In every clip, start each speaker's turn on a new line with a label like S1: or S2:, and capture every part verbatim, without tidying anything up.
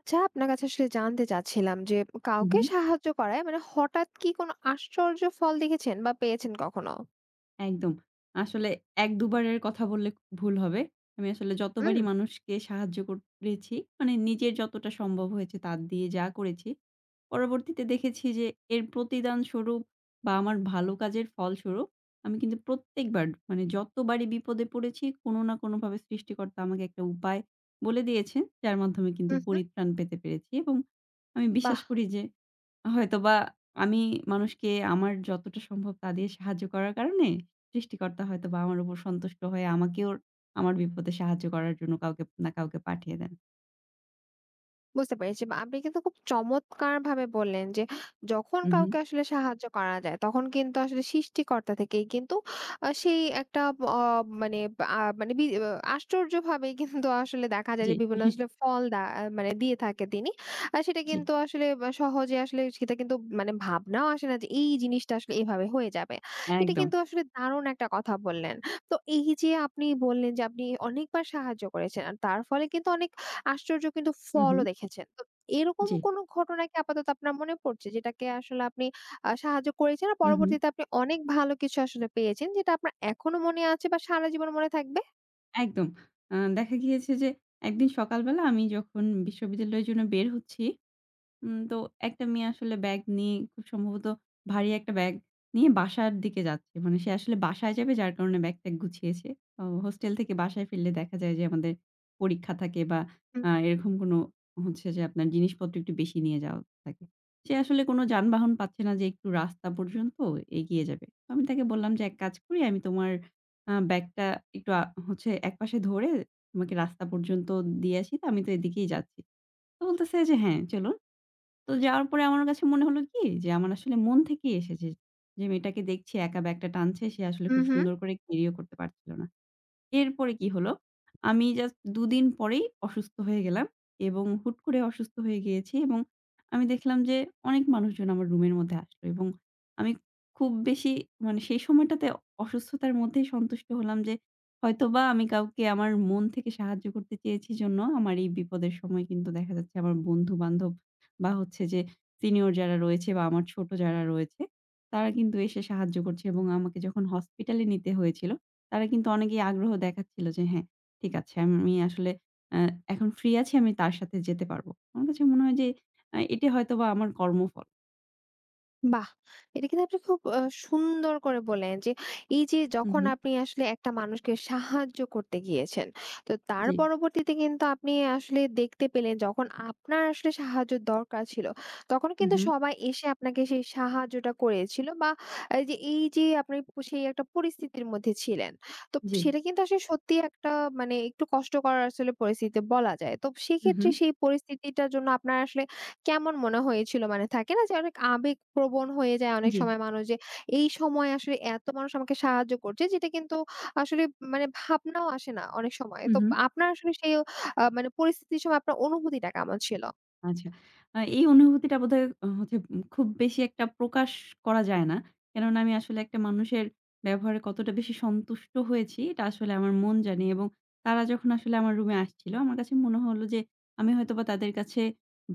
S1: আচ্ছা, আপনার কাছে আসলে জানতে চাচ্ছিলাম যে
S2: হুম,
S1: কাউকে
S2: হুম,
S1: সাহায্য করায় মানে হঠাৎ কি কোনো আশ্চর্য ফল দেখেছেন বা পেয়েছেন কখনো?
S2: একদম। আসলে এক দুই বারের কথা বললে ভুল হবে। আমি আসলে
S1: হুম,
S2: যতবারই মানুষকে সাহায্য করেছি, মানে নিজের যতটা সম্ভব হয়েছে তার দিয়ে যা করেছি, পরবর্তীতে দেখেছি যে এর প্রতিদান স্বরূপ বা আমার ভালো কাজের ফলস্বরূপ আমি কিন্তু প্রত্যেকবার মানে যতবারই বিপদে পড়েছি কোনো না কোনোভাবে সৃষ্টিকর্তা আমাকে একটা উপায় বলে দিয়েছেন, যার মাধ্যমে কিন্তু
S1: হুম, হুম।
S2: পরিত্রাণ পেতে পেরেছি। এবং আমি
S1: বাহ!
S2: বিশ্বাস করি যে হয়তোবা আমি মানুষকে আমার যতটা সম্ভব তা দিয়ে সাহায্য করার কারণে সৃষ্টিকর্তা হয়তোবা আমার উপর সন্তুষ্ট হয়ে আমাকেও আমার বিপদে সাহায্য করার জন্য কাউকে না কাউকে পাঠিয়ে দেন।
S1: বুঝতে পেরেছি। বা আপনি কিন্তু খুব চমৎকারভাবে বললেন যে, যখন
S2: হুম, হুম।
S1: কাউকে আসলে সাহায্য করা যায়, তখন কিন্তু আসলে সৃষ্টিকর্তা থেকেই কিন্তু আ সেই একটা অ মানে আ মানে বি আশ্চর্যভাবেই কিন্তু আসলে দেখা যায়
S2: জি,
S1: যে, বিভিন্ন আসলে ফল দা আহ, মানে দিয়ে থাকে তিনি। আর সেটা
S2: জি,
S1: কিন্তু আসলে, বা সহজে আসলে সেটা কিন্তু মানে ভাবনাও আসে না যে, এই জিনিসটা আসলে এভাবে হয়ে যাবে। এটা
S2: একদম।
S1: কিন্তু আসলে দারুণ একটা কথা বললেন। তো এই যে আপনি বললেন যে, আপনি অনেকবার সাহায্য করেছেন, আর তার ফলে কিন্তু অনেক আশ্চর্য কিন্তু
S2: হুম, হুম।
S1: ফলও দেখেছেন। তো এরকম
S2: জি,
S1: কোনো ঘটনা কি আপাতত আপনার মনে পড়ছে, যেটাকে আসলে আপনি আ সাহায্য করেছে আর
S2: হুম, হুম।
S1: পরবর্তীতে আপনি অনেক ভালো কিছু আসলে পেয়েছেন, যেটা আপনার এখনো মনে আছে বা সারা জীবন মনে থাকবে?
S2: একদম। আ দেখা গিয়েছে যে একদিন সকালবেলা আমি যখন বিশ্ববিদ্যালয়ের জন্য বের হচ্ছি উম তো একটা মেয়ে আসলে ব্যাগ নিয়ে খুব সম্ভবত ভারী একটা ব্যাগ নিয়ে বাসার দিকে যাচ্ছে। মানে সে আসলে বাসায় যাবে যার কারণে ব্যাগ-ট্যাগ গুছিয়েছে। অ হোস্টেল থেকে বাসায় ফিরলে দেখা যায় যে আমাদের পরীক্ষা থাকে বা
S1: হুম,
S2: আ এরকম কোনো হচ্ছে যে আপনার জিনিসপত্র একটু বেশি নিয়ে যাওয়া থাকে। সে আসলে কোনো যানবাহন পাচ্ছে না যে একটু রাস্তা পর্যন্ত এগিয়ে যাবে। তো আমি তাকে বললাম যে, "এক কাজ করি আমি তোমার আ ব্যাগটা একটু আ হচ্ছে একপাশে ধরে তোমাকে রাস্তা পর্যন্ত দিয়ে আসি। তো আমি তো এদিকেই যাচ্ছি।" তো বলতেছে যে, "হ্যাঁ, চলুন।" তো যাওয়ার পরে আমার কাছে মনে হলো কি যে আমার আসলে মন থেকেই এসেছে। যে মেয়েটাকে দেখছি একা ব্যাগটা টানছে সে আসলে
S1: হুম,
S2: খুব
S1: হুম।
S2: সুন্দর করে ক্যারিও করতে পারছিল না। এরপরে কি হলো? আমি জাস্ট দুই দিন পরেই অসুস্থ হয়ে গেলাম এবং হুট করে অসুস্থ হয়ে গিয়েছি। এবং আমি দেখলাম যে অনেক মানুষজন আমার রুমের মধ্যে আসলো এবং আমি খুব বেশি মানে সেই সময়টাতে অসুস্থতার মধ্যেই সন্তুষ্ট হলাম যে হয়তোবা আমি কাউকে আমার মন থেকে সাহায্য করতে চেয়েছি জন্য আমার এই বিপদের সময় কিন্তু দেখা যাচ্ছে আমার বন্ধু-বান্ধব বা হচ্ছে যে সিনিয়র যারা রয়েছে বা আমার ছোট যারা রয়েছে তারা কিন্তু এসে সাহায্য করছে। এবং আমাকে যখন হসপিটালে নিতে হয়েছিল তারা কিন্তু অনেকেই আগ্রহ দেখাচ্ছিল যে হ্যাঁ, ঠিক আছে আমি আসলে আ এখন ফ্রি আছি আমি তার সাথে যেতে পারব। আমার কাছে মনে হয় যে আ এটা হয়তোবা আমার কর্মফল।
S1: বাহ! এটা কিন্তু আপনি খুব আ সুন্দর করে বললেন যে, এই যে
S2: হু,
S1: যখন
S2: হু।
S1: আপনি আসলে একটা মানুষকে সাহায্য করতে গিয়েছেন, তো তার
S2: জি।
S1: পরবর্তীতে কিন্তু আপনি আসলে দেখতে পেলেন, যখন আপনার আসলে সাহায্যের দরকার ছিল, তখন
S2: হু,
S1: কিন্তু
S2: হু।
S1: সবাই এসে আপনাকে সেই সাহায্যটা করেছিল। বা এই যে এই যে আপনি প- সেই একটা পরিস্থিতির মধ্যে ছিলেন। তো
S2: জি।
S1: সেটা কিন্তু আসলে সত্যিই একটা মানে একটু কষ্টকর আসলে পরিস্থিতি বলা যায়। তো
S2: হু, হু।
S1: সেক্ষেত্রে সেই পরিস্থিতিটার জন্য আপনার আসলে কেমন মনে হয়েছিল? মানে থাকে না যে অনেক আবেগপ্রবণ হয়ে যায় অনেক
S2: জি।
S1: সময় মানুষ, যে এই সময় আসলে এত মানুষ আমাকে সাহায্য করছে, যেটা কিন্তু আসলে মানে ভাবনাও আসে না অনেক সময়।
S2: হু,
S1: তো
S2: হু।
S1: আপনার আসলে সেই আ মানে পরিস্থিতির সময় আপনার অনুভূতিটা কেমন ছিল?
S2: আচ্ছা। আ এই অনুভূতিটা বোধহয় অ হচ্ছে উম খুব বেশি একটা প্রকাশ করা যায় না। কেননা আমি আসলে একটা মানুষের ব্যবহারে কতটা বেশি সন্তুষ্ট হয়েছি, এটা আসলে আমার মন জানে। এবং তারা যখন আসলে আমার রুমে আসছিল, আমার কাছে মনে হলো যে আমি হয়তোবা তাদের কাছে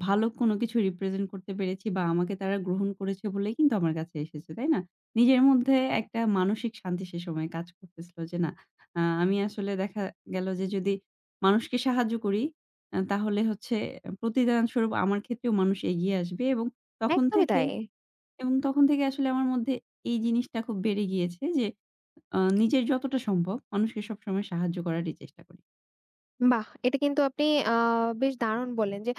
S2: ভালো কোনো কিছু রিপ্রেজেন্ট করতে পেরেছি বা আমাকে তারা গ্রহণ করেছে বলেই কিন্তু আমার কাছে এসেছে, তাই না? নিজের মধ্যে একটা মানসিক শান্তি সে সময় কাজ করতেছিল যে, না আ আমি আসলে দেখা গেল যে যদি মানুষকে সাহায্য করি আ তাহলে হচ্ছে প্রতিদানস্বরূপ আমার ক্ষেত্রেও মানুষ এগিয়ে আসবে। এবং তখন
S1: একদমই
S2: থেকে
S1: তাই।
S2: এবং তখন থেকে আসলে আমার মধ্যে এই জিনিসটা খুব বেড়ে গিয়েছে যে আ নিজের যতটা সম্ভব মানুষকে সবসময় সাহায্য করারই চেষ্টা করি।
S1: বাহ! এটা কিন্তু আপনি আ বেশ দারুণ বললেন যে,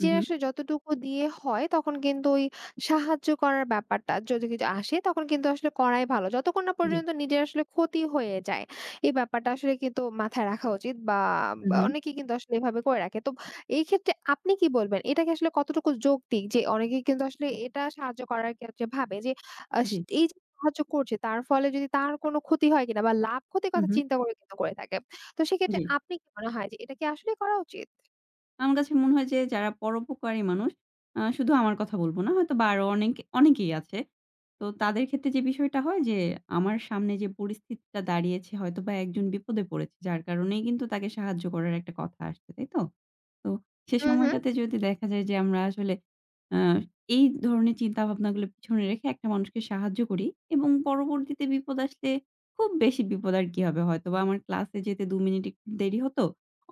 S2: হু, হু।
S1: আসলে যতটুকু দিয়ে হয়, তখন কিন্তু ওই সাহায্য করার ব্যাপারটা যদি কিছু আসে, তখন কিন্তু আসলে করাই ভালো, যতক্ষণ না
S2: জি।
S1: পর্যন্ত নিজের আসলে ক্ষতি হয়ে যায়। এই ব্যাপারটা আসলে কিন্তু মাথায় রাখা উচিত। বা
S2: হু,
S1: বা
S2: হু।
S1: অনেকেই কিন্তু আসলে এভাবে করে রাখে। তো এই ক্ষেত্রে আপনি কি বলবেন? এটা কি আসলে কতটুকু যৌক্তিক যে, অনেকেই কিন্তু আসলে এটা সাহায্য করার ক্ষেত্রে ভাবে যে আস
S2: জি।
S1: এই যে সাহায্য করছে, তার ফলে যদি তার কোনো ক্ষতি হয় কিনা বা লাভ ক্ষতির
S2: হু,
S1: কথা
S2: হু।
S1: চিন্তা করে কিন্তু করে থাকে। তো সেক্ষেত্রে
S2: জি।
S1: আপনি কি মনে হয় যে এটা কি আসলেই করা উচিত?
S2: আমার কাছে মনে হয় যে যারা পরোপকারী মানুষ, আ শুধু আমার কথা বলব না, হয়তোবা আরো অনেক অনেকেই আছে। তো তাদের ক্ষেত্রে যে বিষয়টা হয় যে, আমার সামনে যে পরিস্থিতিটা দাঁড়িয়েছে হয়তোবা একজন বিপদে পড়েছে, যার কারণেই কিন্তু তাকে সাহায্য করার একটা কথা আসছে, তাই তো? তো সে
S1: হুম, হুম।
S2: সময়টাতে যদি দেখা যায় যে আমরা আসলে আ এই ধরনের চিন্তাভাবনাগুলো পিছনে রেখে একটা মানুষকে সাহায্য করি এবং পরবর্তীতে বিপদ আসলে খুব বেশি বিপদ আর কি হবে। হয়তোবা আমার ক্লাসে যেতে দুই মিনিট একটু দেরি হতো।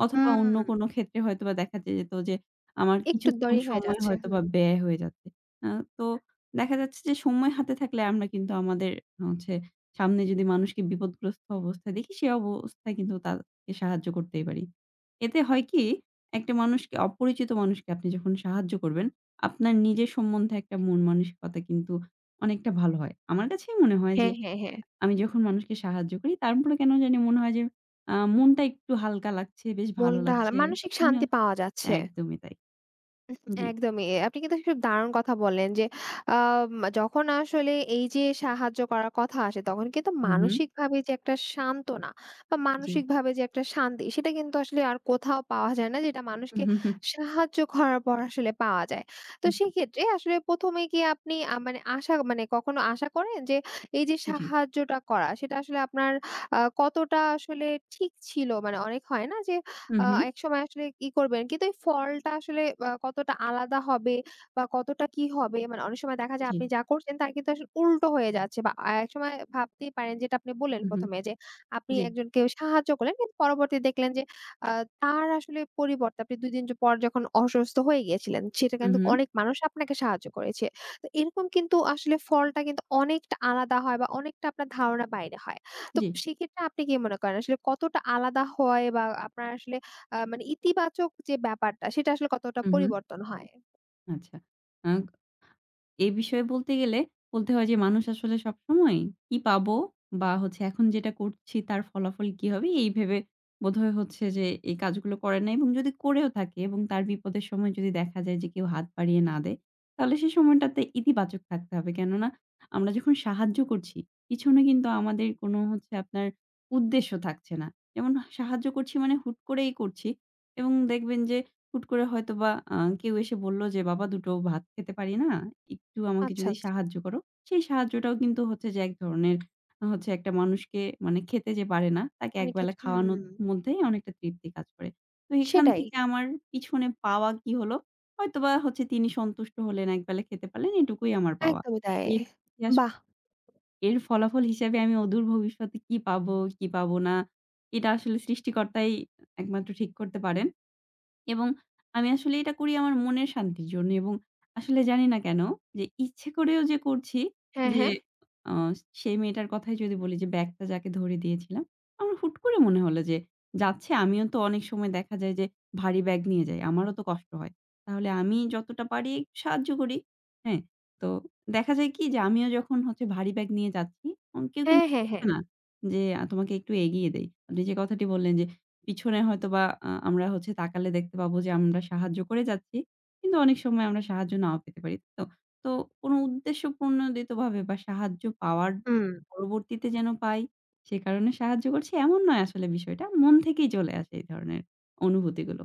S2: অথবা
S1: হুম।
S2: অন্য কোনো ক্ষেত্রে হয়তোবা দেখা যেত যে আমার
S1: একটু
S2: কিছুক্ষণ
S1: দেরি হয়ে
S2: সময়
S1: যাচ্ছে। হুম।
S2: হয়তোবা ব্যয় হয়ে যাচ্ছে। আ তো দেখা যাচ্ছে যে সময় হাতে থাকলে আমরা কিন্তু আমাদের হচ্ছে সামনে যদি মানুষকে বিপদগ্রস্ত অবস্থায় দেখি সে অবস্থায় কিন্তু তাকে সাহায্য করতেই পারি। এতে হয় কি একটা মানুষকে অপরিচিত মানুষকে আপনি যখন সাহায্য করবেন, আপনার নিজের সম্বন্ধে একটা মন মানসিকতা কিন্তু অনেকটা ভালো হয়। আমার কাছেই মনে হয় যে
S1: হ্যাঁ, হ্যাঁ, হ্যাঁ।
S2: আমি যখন মানুষকে সাহায্য করি, তারপরে কেন জানি মনে হয় যে আ মনটা একটু হালকা লাগছে, বেশ ভালো হুম।
S1: মনটা হালা
S2: লাগছে।
S1: মানসিক
S2: তাই না?
S1: শান্তি পাওয়া যাচ্ছে।
S2: একদমই তাই। জি।
S1: একদমই। আপনি কিন্তু খুব দারুণ কথা বললেন যে আম যখন আসলে এই যে সাহায্য করার কথা আসে, তখন কিন্তু
S2: হু, হু।
S1: মানসিকভাবে যে একটা সান্ত্বনা বা
S2: জি।
S1: মানসিকভাবে যে একটা শান্তি, সেটা কিন্তু আসলে আর কোথাও পাওয়া যায় না, যেটা
S2: জি।
S1: মানুষকে সাহায্য করার পর আসলে পাওয়া যায়। তো
S2: হু, হু।
S1: সেক্ষেত্রে আসলে প্রথম এ কি আপনি আ মানে আশা, মানে কখনো আশা করেন যে, এই যে
S2: জি।
S1: সাহায্যটা করা সেটা আসলে আপনার আ কতটা আসলে ঠিক ছিল? মানে অনেক হয় না যে
S2: হু,
S1: আ
S2: হু।
S1: একসময় আসলে ই করবেন, কিন্তু এই ফলটা আসলে আ কতটা আলাদা হবে বা কতটা কি হবে, মানে অনেক সময় দেখা যায়
S2: জি।
S1: আপনি যা করছেন, তার কিন্তু আসলে উল্টো হয়ে যাচ্ছে, বা আ একসময় ভাবতেই পারেন, যেটা আপনি বললেন
S2: হু, হু।
S1: প্রথম এ যে, আপনি
S2: জি।
S1: একজনকে সাহায্য করলেন, কিন্তু পরবর্তী দেখলেন যে আ তার আসলে পরিবর্তে, আপনি দুই দিন পর যখন অসুস্থ হয়ে গিয়েছিলেন, সেটা
S2: হু,
S1: কিন্তু
S2: হু।
S1: অনেক মানুষ আপনাকে সাহায্য করেছে। তো এরকম কিন্তু আসলে ফলটা কিন্তু অনেকটা আলাদা হয় বা অনেকটা আপনার ধারণার বাইরে হয়। তো
S2: জি।
S1: সেক্ষেত্রে আপনি কি মনে করেন আসলে কতটা আলাদা হয়, বা আপনার আসলে আ মানে ইতিবাচক যে ব্যাপারটা, সেটা আসলে কতটা
S2: হু, হু।
S1: পরিবর্তন হয়?
S2: আচ্ছা। আ এ বিষয়ে বলতে গেলে বলতে হয় যে মানুষ আসলে সবসময় কি পাবো বা হচ্ছে এখন যেটা করছি তার ফলাফল কি হবে এই ভেবে বোধহয় হচ্ছে যে এই কাজগুলো করে না। এবং যদি করেও থাকে এবং তার বিপদের সময় যদি দেখা যায় যে কেউ হাত বাড়িয়ে না দেয়, তাহলে সে সময়টাতে ইতিবাচক থাকতে হবে। কেননা আমরা যখন সাহায্য করছি পিছনে কিন্তু আমাদের কোনো হচ্ছে আপনার উদ্দেশ্য থাকছে না। যেমন সাহায্য করছি মানে হুট করেই করছি এবং দেখবেন যে হুট করে হয়তোবা আ কেউ এসে বলল যে, "বাবা দুটো ভাত খেতে পারি না। একটু আমাকে
S1: আচ্ছা,
S2: যদি
S1: আচ্ছা।
S2: সাহায্য করো।" সেই সাহায্যটাও কিন্তু হচ্ছে যে এক ধরনের হচ্ছে একটা মানুষকে মানে খেতে যে পারে না, তাকে
S1: অনেক
S2: একবেলা
S1: ক্ষেত্রে
S2: খাওয়ানোর
S1: হুম,
S2: মধ্যেই অনেকটা তৃপ্তি কাজ করে। তো এখান
S1: সেটাই।
S2: থেকে আমার পিছনে পাওয়া কি হলো? হয়তোবা হচ্ছে তিনি সন্তুষ্ট হলেন, একবেলা খেতে পারলেন, এটুকুই আমার পাওয়া।
S1: একদমই তাই।
S2: এর ইতিহাস
S1: বাহ!
S2: এর ফলাফল হিসেবে আমি অদূর ভবিষ্যতে কি পাবো, কি পাবো না, এটা আসলে সৃষ্টিকর্তাই একমাত্র ঠিক করতে পারেন। এবং আমি আসলে এটা করি আমার মনের শান্তির জন্য। এবং আসলে জানি না কেন যে ইচ্ছে করেও যে করছি
S1: হ্যাঁ,
S2: যে
S1: হ্যাঁ।
S2: হুম। আ সেই মেয়েটার কথাই যদি বলি যে ব্যাগটা যাকে ধরে দিয়েছিলাম, আমার হুট করে মনে হলো যে যাচ্ছে আমিও তো অনেক সময় দেখা যায় যে ভারী ব্যাগ নিয়ে যাই। আমারও তো কষ্ট হয়। তাহলে আমি যতটা পারি একটু সাহায্য করি। হ্যাঁ? তো দেখা যায় কি যে আমিও যখন হচ্ছে ভারী ব্যাগ নিয়ে যাচ্ছি, অ কেউ
S1: হ্যাঁ,
S2: কিন্তু
S1: হ্যাঁ,
S2: বলছে
S1: হ্যাঁ।
S2: না যে আ তোমাকে একটু এগিয়ে দেই। আপনি যে কথাটি বললেন যে পিছনে হয়তোবা আ আমরা হচ্ছে তাকালে দেখতে পাবো যে আমরা সাহায্য করে যাচ্ছি। কিন্তু অনেক সময় আমরা সাহায্য নাও পেতে পারি। তাই তো? তো কোনো উদ্দেশ্য প্রণোদিতভাবে বা সাহায্য পাওয়ার
S1: হুম।
S2: পরবর্তীতে যেন পাই, সে কারণে সাহায্য করছি এমন নয় আসলে বিষয়টা। মন থেকেই চলে আসে এই ধরনের অনুভূতিগুলো।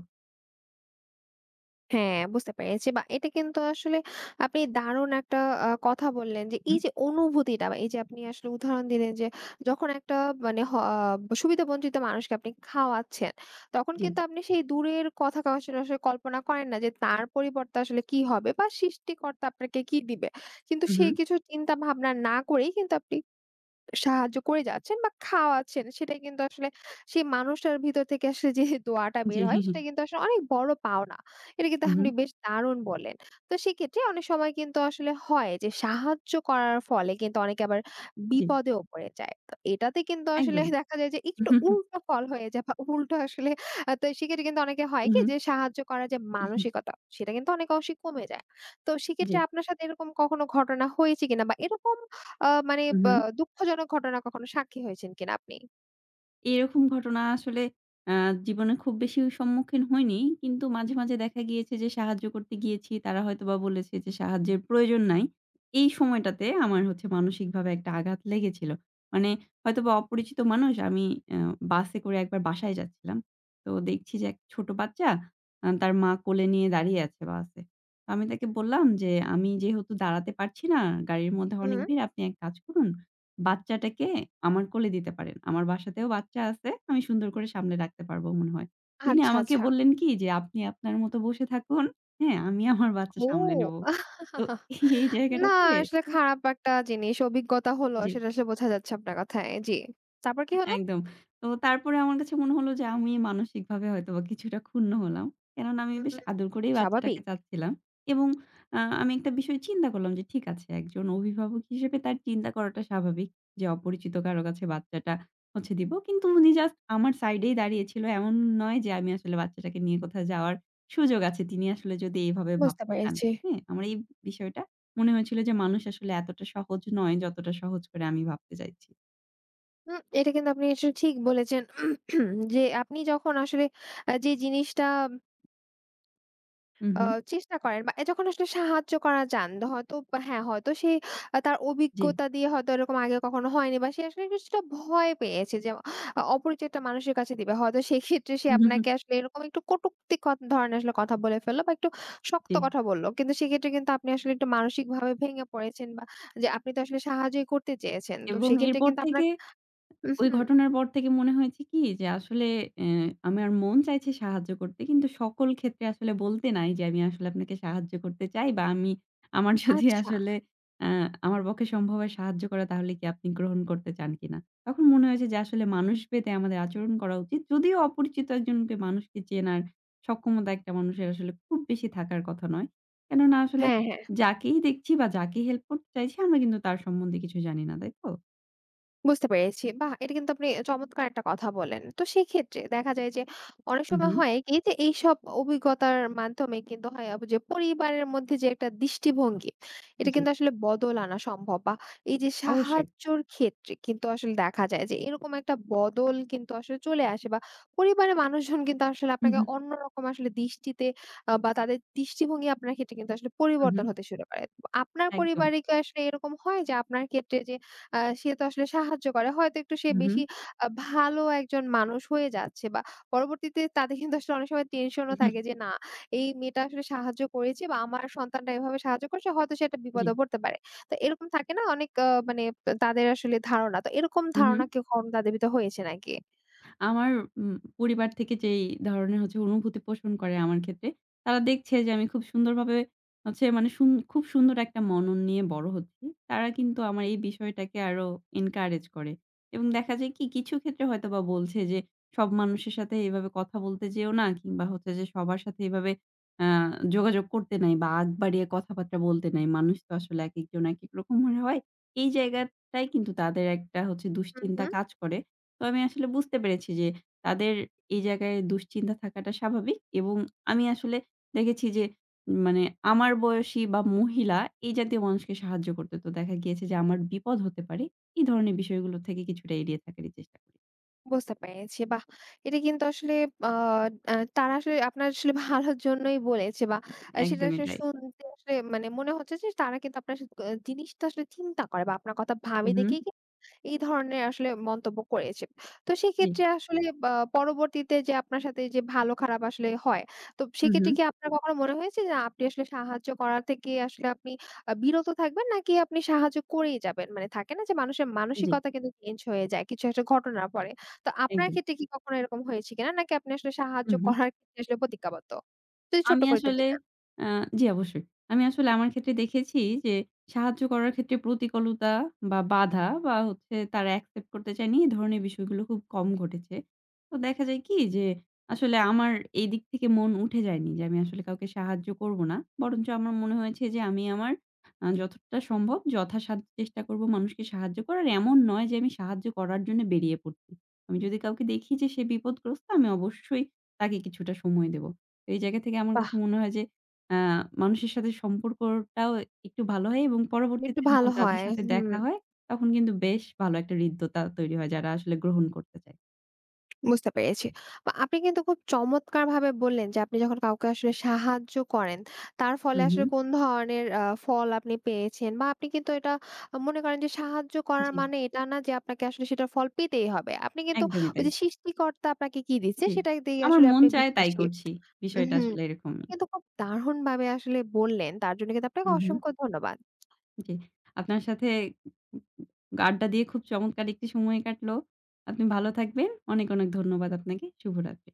S1: হ্যাঁ, বুঝতে পেরেছি। বা এটা কিন্তু আসলে আপনি দারুণ একটা আ কথা বললেন যে, এই
S2: হুম,
S1: যে অনুভূতিটা, বা এই যে আপনি আসলে উদাহরণ দিলেন যে, যখন একটা মানে হ আহ, সুবিধাবঞ্চিত মানুষকে আপনি খাওয়াচ্ছেন, তখন
S2: জি।
S1: কিন্তু আপনি সেই দূরের কথা আসলে আসলে কল্পনা করেন না যে, তার পরিবর্তে আসলে কি হবে বা সৃষ্টিকর্তা আপনাকে কি দিবে। কিন্তু
S2: হু,
S1: সেই
S2: হুম।
S1: কিছু চিন্তা ভাবনা না করেই কিন্তু আপনি সাহায্য করে যাচ্ছেন বা খাওয়াচ্ছেন, সেটা কিন্তু আসলে সেই মানুষটার ভিতর থেকে আসলে যে দোয়াটা
S2: জি।
S1: বের হয়, সেটা কিন্তু আসলে অনেক বড় পাওনা। এটা কিন্তু
S2: হু, হুম।
S1: আপনি বেশ দারুণ বললেন। তো সেক্ষেত্রে অনেক সময় কিন্তু আসলে হয় যে, সাহায্য করার ফলে কিন্তু অনেকে আবার
S2: জি,
S1: বিপদেও পড়ে যায়। তো এটাতে কিন্তু আসলে
S2: একদম।
S1: দেখা যায় যে,
S2: হু,
S1: একটু
S2: হু,
S1: উল্টো ফল হয়ে যায় বা উল্টো আসলে আ তো সেক্ষেত্রে কিন্তু অনেকে হয়
S2: হু,
S1: কি
S2: হু,
S1: যে, সাহায্য করার যে
S2: হু,
S1: মানসিকতা সেটা কিন্তু অনেক অংশে কমে যায়। তো
S2: জি।
S1: সেক্ষেত্রে আপনার সাথে এরকম কখনো ঘটনা হয়েছে কিনা, বা এরকম আ মানে
S2: হু, হু।
S1: বা দুঃখজনক ঘটনা কখনো সাক্ষী হয়েছেন কিনা আপনি?
S2: এরকম ঘটনা আসলে আ জীবনে খুব বেশি সম্মুখীন হইনি। কিন্তু মাঝে, মাঝে দেখা গিয়েছে যে সাহায্য করতে গিয়েছি। তারা হয়তোবা বলেছে যে সাহায্যের প্রয়োজন নাই। এই সময়টাতে আমার হচ্ছে মানসিকভাবে একটা আঘাত লেগেছিল। মানে হয়তোবা অপরিচিত মানুষ আমি আ বাসে করে একবার বাসায় যাচ্ছিলাম। তো দেখছি যে এক ছোট বাচ্চা আ তার মা কোলে নিয়ে দাঁড়িয়ে আছে বাসে। তো আমি তাকে বললাম যে, "আমি যেহেতু দাঁড়াতে পারছি না, গাড়ির মধ্যে অনেক
S1: হুম।
S2: ভিড়। আপনি এক কাজ করুন বাচ্চাটাকে আমার কোলে দিতে পারেন। আমার বাসাতেও বাচ্চা আছে। আমি সুন্দর করে সামলে রাখতে পারব মনে হয়। তিনি
S1: আচ্ছা,
S2: আমাকে
S1: আচ্ছা।
S2: বললেন কি যে, "আপনি আপনার মতো বসে থাকুন। হ্যাঁ, আমি আমার বাচ্চা সামলে নেব।"
S1: ও!
S2: তো এই
S1: না,
S2: জায়গাটাতে
S1: আসলে খারাপ একটা জিনিস অভিজ্ঞতা হলো
S2: জি।
S1: সেটা আসলে বোঝা যাচ্ছে আপনার কথায়। জি। তারপর কি হলো?
S2: একদম। তো তারপরে আমার কাছে মনে হলো যে আমি মানসিকভাবে হয়তোবা কিছুটা ক্ষুণ্ণ হলাম। কেননা আমি
S1: হুম,
S2: বেশ আদর করেই বাচ্চাটাকে
S1: স্বাভাবিক।
S2: চাচ্ছিলাম। এবং আ আমি একটা বিষয় চিন্তা করলাম যে ঠিক আছে একজন অভিভাবক হিসেবে তার চিন্তা করাটা স্বাভাবিক যে অপরিচিত কারো কাছে বাচ্চাটা হচ্ছে দিব। কিন্তু উনি জাস্ট আমার সাইডেই দাঁড়িয়েছিল। এমন নয় যে আমি আসলে বাচ্চাটাকে নিয়ে কোথাও যাওয়ার সুযোগ আছে। তিনি আসলে যদি এভাবে
S1: বুঝতে
S2: ভাবতে চান।
S1: পেরেছি।
S2: হ্যাঁ? আমার এই বিষয়টা মনে হয়েছিল যে মানুষ আসলে এতটা সহজ নয় যতটা সহজ করে আমি ভাবতে চাইছি।
S1: হুম, এটা কিন্তু আপনি আসলে ঠিক বলেছেন যে, আপনি যখন আসলে আ যে জিনিসটা আ
S2: উহু,
S1: চেষ্টা করেন, বা এ যখন আসলে সাহায্য করা যান দ- হয়তো, বা হ্যাঁ, হয়তো সে আ তার
S2: জি।
S1: অভিজ্ঞতা দিয়ে হয়তো এরকম আগে কখনো হয়নি, বা সে আসলে কিছুটা ভয় পেয়েছে যে আ অপরিচিত একটা মানুষের কাছে দিবে। হয়তো সেক্ষেত্রে সে
S2: হুম, হুম, হুম।
S1: আপনাকে আসলে এরকম একটু কটূক্তি ক ধরনের আসলে কথা বলে ফেলল বা একটু শক্ত
S2: জি।
S1: কথা বলল। কিন্তু সেক্ষেত্রে কিন্তু আপনি আসলে একটু মানসিকভাবে ভেঙে পড়েছেন, বা যে আপনি তো আসলে সাহায্যই করতে চেয়েছেন। তো
S2: এবং
S1: সেক্ষেত্রে
S2: এরপর
S1: কিন্তু আপনার
S2: থেকে, ওই
S1: উহু,
S2: ঘটনার পর থেকে মনে হয়েছে কি যে আসলে অ্যা আমার মন চাইছে সাহায্য করতে। কিন্তু সকল ক্ষেত্রে আসলে বলতে নাই যে আমি আসলে আপনাকে সাহায্য করতে চাই বা আমি আমার যদি
S1: আচ্ছা।
S2: আসলে অ্যা আমার পক্ষে সম্ভব হয় সাহায্য করা তাহলে কি আপনি গ্রহণ করতে চান কিনা? তখন মনে হয়েছে যে আসলে মানুষ ভেদে আমাদের আচরণ করা উচিত। যদিও অপরিচিত একজনকে মানুষকে চেনার সক্ষমতা একটা মানুষের আসলে খুব বেশি থাকার কথা নয়। কেননা আসলে
S1: হ্যাঁ, হ্যাঁ।
S2: যাকেই দেখছি বা যাকে হেল্প করতে চাইছি আমরা কিন্তু তার সম্বন্ধে কিছু জানি না। তাই তো?
S1: বুঝতে পেরেছি। বাহ! এটা কিন্তু আপনি চমৎকার একটা কথা বলেন। তো সেক্ষেত্রে দেখা যায় যে, অনেক
S2: হু, হু।
S1: সময় হয় কি যে, এইসব অভিজ্ঞতার মাধ্যমে কিন্তু হয় আব যে পরিবারের মধ্যে যে একটা দৃষ্টিভঙ্গি, এটা
S2: জি,
S1: কিন্তু আসলে বদল আনা সম্ভব। বা এই যে
S2: অবশ্যই।
S1: সাহায্যর ক্ষেত্রে কিন্তু আসলে দেখা যায় যে, এরকম একটা বদল কিন্তু আসলে চলে আসে, বা পরিবারের মানুষজন কিন্তু আসলে
S2: হু,
S1: আপনাকে
S2: হু,
S1: অন্যরকম আসলে দৃষ্টিতে আ বা তাদের দৃষ্টিভঙ্গি আপনার ক্ষেত্রে কিন্তু আসলে
S2: হু, হু।
S1: পরিবর্তন হতে শুরু করে। তো আপনার
S2: একদম।
S1: পরিবারে কি আসলে এরকম হয় যে, আপনার ক্ষেত্রে যে আ সে তো আসলে সাহায্য করে, হয়তো একটু সে
S2: হু, হু,
S1: বেশি আ ভালো একজন মানুষ হয়ে যাচ্ছে, বা পরবর্তীতে তাদের কিন্তু আসলে অনেক সময়
S2: হু,
S1: টেনশনও
S2: হু।
S1: থাকে যে, না এই মেয়েটা আসলে সাহায্য করেছে বা আমার সন্তানটা এভাবে সাহায্য করছে, হয়তো সে একটা
S2: জি।
S1: বিপদেও পড়তে পারে। তো এরকম থাকে না অনেক আ মানে তাদের আসলে ধারণা। তো এরকম
S2: হু, হু।
S1: ধারণা কি কখনো তাদের ভিতর হয়েছে নাকি?
S2: আমার উম পরিবার থেকে যেই ধরনের হচ্ছে অনুভূতি পোষণ করে আমার ক্ষেত্রে, তারা দেখছে যে আমি খুব সুন্দরভাবে হচ্ছে মানে সুন খুব সুন্দর একটা মনন নিয়ে বড় হচ্ছি। তারা কিন্তু আমার এই বিষয়টাকে আরো এনকারেজ করে। এবং দেখা যায় কি কিছু ক্ষেত্রে হয়তোবা বলছে যে, "সব মানুষের সাথে এভাবে কথা বলতে যেও না কিংবা হচ্ছে যে সবার সাথে এভাবে আ যোগাযোগ করতে নাই বা আগ বাড়িয়ে কথাবার্তা বলতে নাই। মানুষ তো আসলে একেকজন একেক রকমের হয়।" এই জায়গাটায় কিন্তু তাদের একটা হচ্ছে
S1: হু,
S2: দুশ্চিন্তা
S1: হু।
S2: কাজ করে। তো আমি আসলে বুঝতে পেরেছি যে তাদের এই জায়গায় দুশ্চিন্তা থাকাটা স্বাভাবিক। এবং আমি আসলে দেখেছি যে উম, মানে আমার বয়সী বা মহিলা এই জাতীয় মানুষকে সাহায্য করতে তো দেখা গিয়েছে যে আমার বিপদ হতে পারে। এই ধরনের বিষয়গুলো থেকে কিছুটা এড়িয়ে থাকারই চেষ্টা করি।
S1: বুঝতে পেরেছি। বাহ! এটা কিন্তু আসলে আ আ তারা আসলে আপনার আসলে ভালোর জন্যই বলেছে, বা আ সেটা
S2: একদমই
S1: আসলে
S2: তাই।
S1: শুনতে আসলে মানে মনে হচ্ছে যে, তারা কিন্তু আপনার সাথে আ জিনিসটা আসলে চিন্তা করে বা আপনার কথা ভাবে
S2: হুম,
S1: দেখেই কিন্তু এই ধরনের আসলে মন্তব্য করেছে। তো
S2: জি।
S1: সেক্ষেত্রে আসলে, বা পরবর্তীতে যে আপনার সাথে যে ভালো খারাপ আসলে হয়, তো
S2: হুম,
S1: সেক্ষেত্রে
S2: হুম।
S1: কি আপনার কখনো মনে হয়েছে যে, আপনি আসলে সাহায্য করা থেকে আসলে আপনি আ বিরত থাকবেন, নাকি আপনি সাহায্য করেই যাবেন? মানে থাকে না যে, মানুষের
S2: জি,
S1: মানসিকতা কিন্তু চেঞ্জ হয়ে যায় কিছু একটা ঘটনার পরে। তো আপনার
S2: একদম।
S1: ক্ষেত্রে কি কখনো এরকম হয়েছে কিনা? নাকি আপনি আসলে সাহায্য
S2: হুম, হুম।
S1: করার ক্ষেত্রে আসলে প্রতিজ্ঞাবদ্ধ? যদি ছোট্ট
S2: আমি
S1: করে একটু
S2: আসলে
S1: বলতেন।
S2: আ জি, অবশ্যই। আমি আসলে আমার ক্ষেত্রে দেখেছি যে সাহায্য করার ক্ষেত্রে প্রতিকূলতা বা বাধা বা হচ্ছে তারা অ্যাকসেপ্ট করতে চায়নি, এই ধরনের বিষয়গুলো খুব কম ঘটেছে। তো দেখা যায় কি যে আসলে আমার এই দিক থেকে মন উঠে যায়নি যে আমি আসলে কাউকে সাহায্য করব না। বরঞ্চ আমার মনে হয়েছে যে আমি আমার আ যতটা সম্ভব যথাসাধ্য চেষ্টা করব মানুষকে সাহায্য করার। এমন নয় যে আমি সাহায্য করার জন্য বেরিয়ে পড়ছি। আমি যদি কাউকে দেখি যে সে বিপদগ্রস্ত আমি অবশ্যই তাকে কিছুটা সময় দেব। এই জায়গা থেকে আমার
S1: বাহ!
S2: কাছে মনে হয় যে আ মানুষের সাথে সম্পর্কটাও একটু ভালো হয় এবং
S1: একটু
S2: পরবর্তীতে যখন
S1: ভালো
S2: তাদের
S1: হয়।
S2: সাথে
S1: হুম,
S2: দেখা হয়, তখন কিন্তু বেশ ভালো একটা হৃদ্যতা তৈরি হয় যারা আসলে গ্রহণ করতে চায়।
S1: বুঝতে পেরেছি। বা আপনি কিন্তু খুব চমৎকারভাবে বললেন যে, আপনি যখন কাউকে আসলে সাহায্য করেন, তার ফলে
S2: হুম, হুম।
S1: আসলে কোন ধরনের আ ফল আপনি পেয়েছেন, বা আপনি কিন্তু এটা মনে করেন যে, সাহায্য করার
S2: জি,
S1: মানে এটা না যে, আপনাকে আসলে সেটার ফল পেতেই হবে। আপনি কিন্তু
S2: একদমই
S1: ওই
S2: তাই।
S1: যে সৃষ্টিকর্তা আপনাকে কি দিচ্ছে
S2: জি।
S1: সেটা দিয়ে
S2: আমার
S1: আসলে
S2: মন
S1: আপনি
S2: চায় তাই
S1: বিশ্বাসী।
S2: করছি। বিষয়টা
S1: হুম।
S2: আসলে
S1: আপনি
S2: এরকমই।
S1: কিন্তু খুব দারুণভাবে আসলে বললেন। তার জন্য কিন্তু আপনাকে
S2: হুম, হুম।
S1: অসংখ্য ধন্যবাদ।
S2: জি। আপনার সাথে আড্ডা দিয়ে খুব চমৎকার একটি সময় কাটলো। আপনি ভালো থাকবেন। অনেক, অনেক ধন্যবাদ আপনাকে। শুভরাত্রি।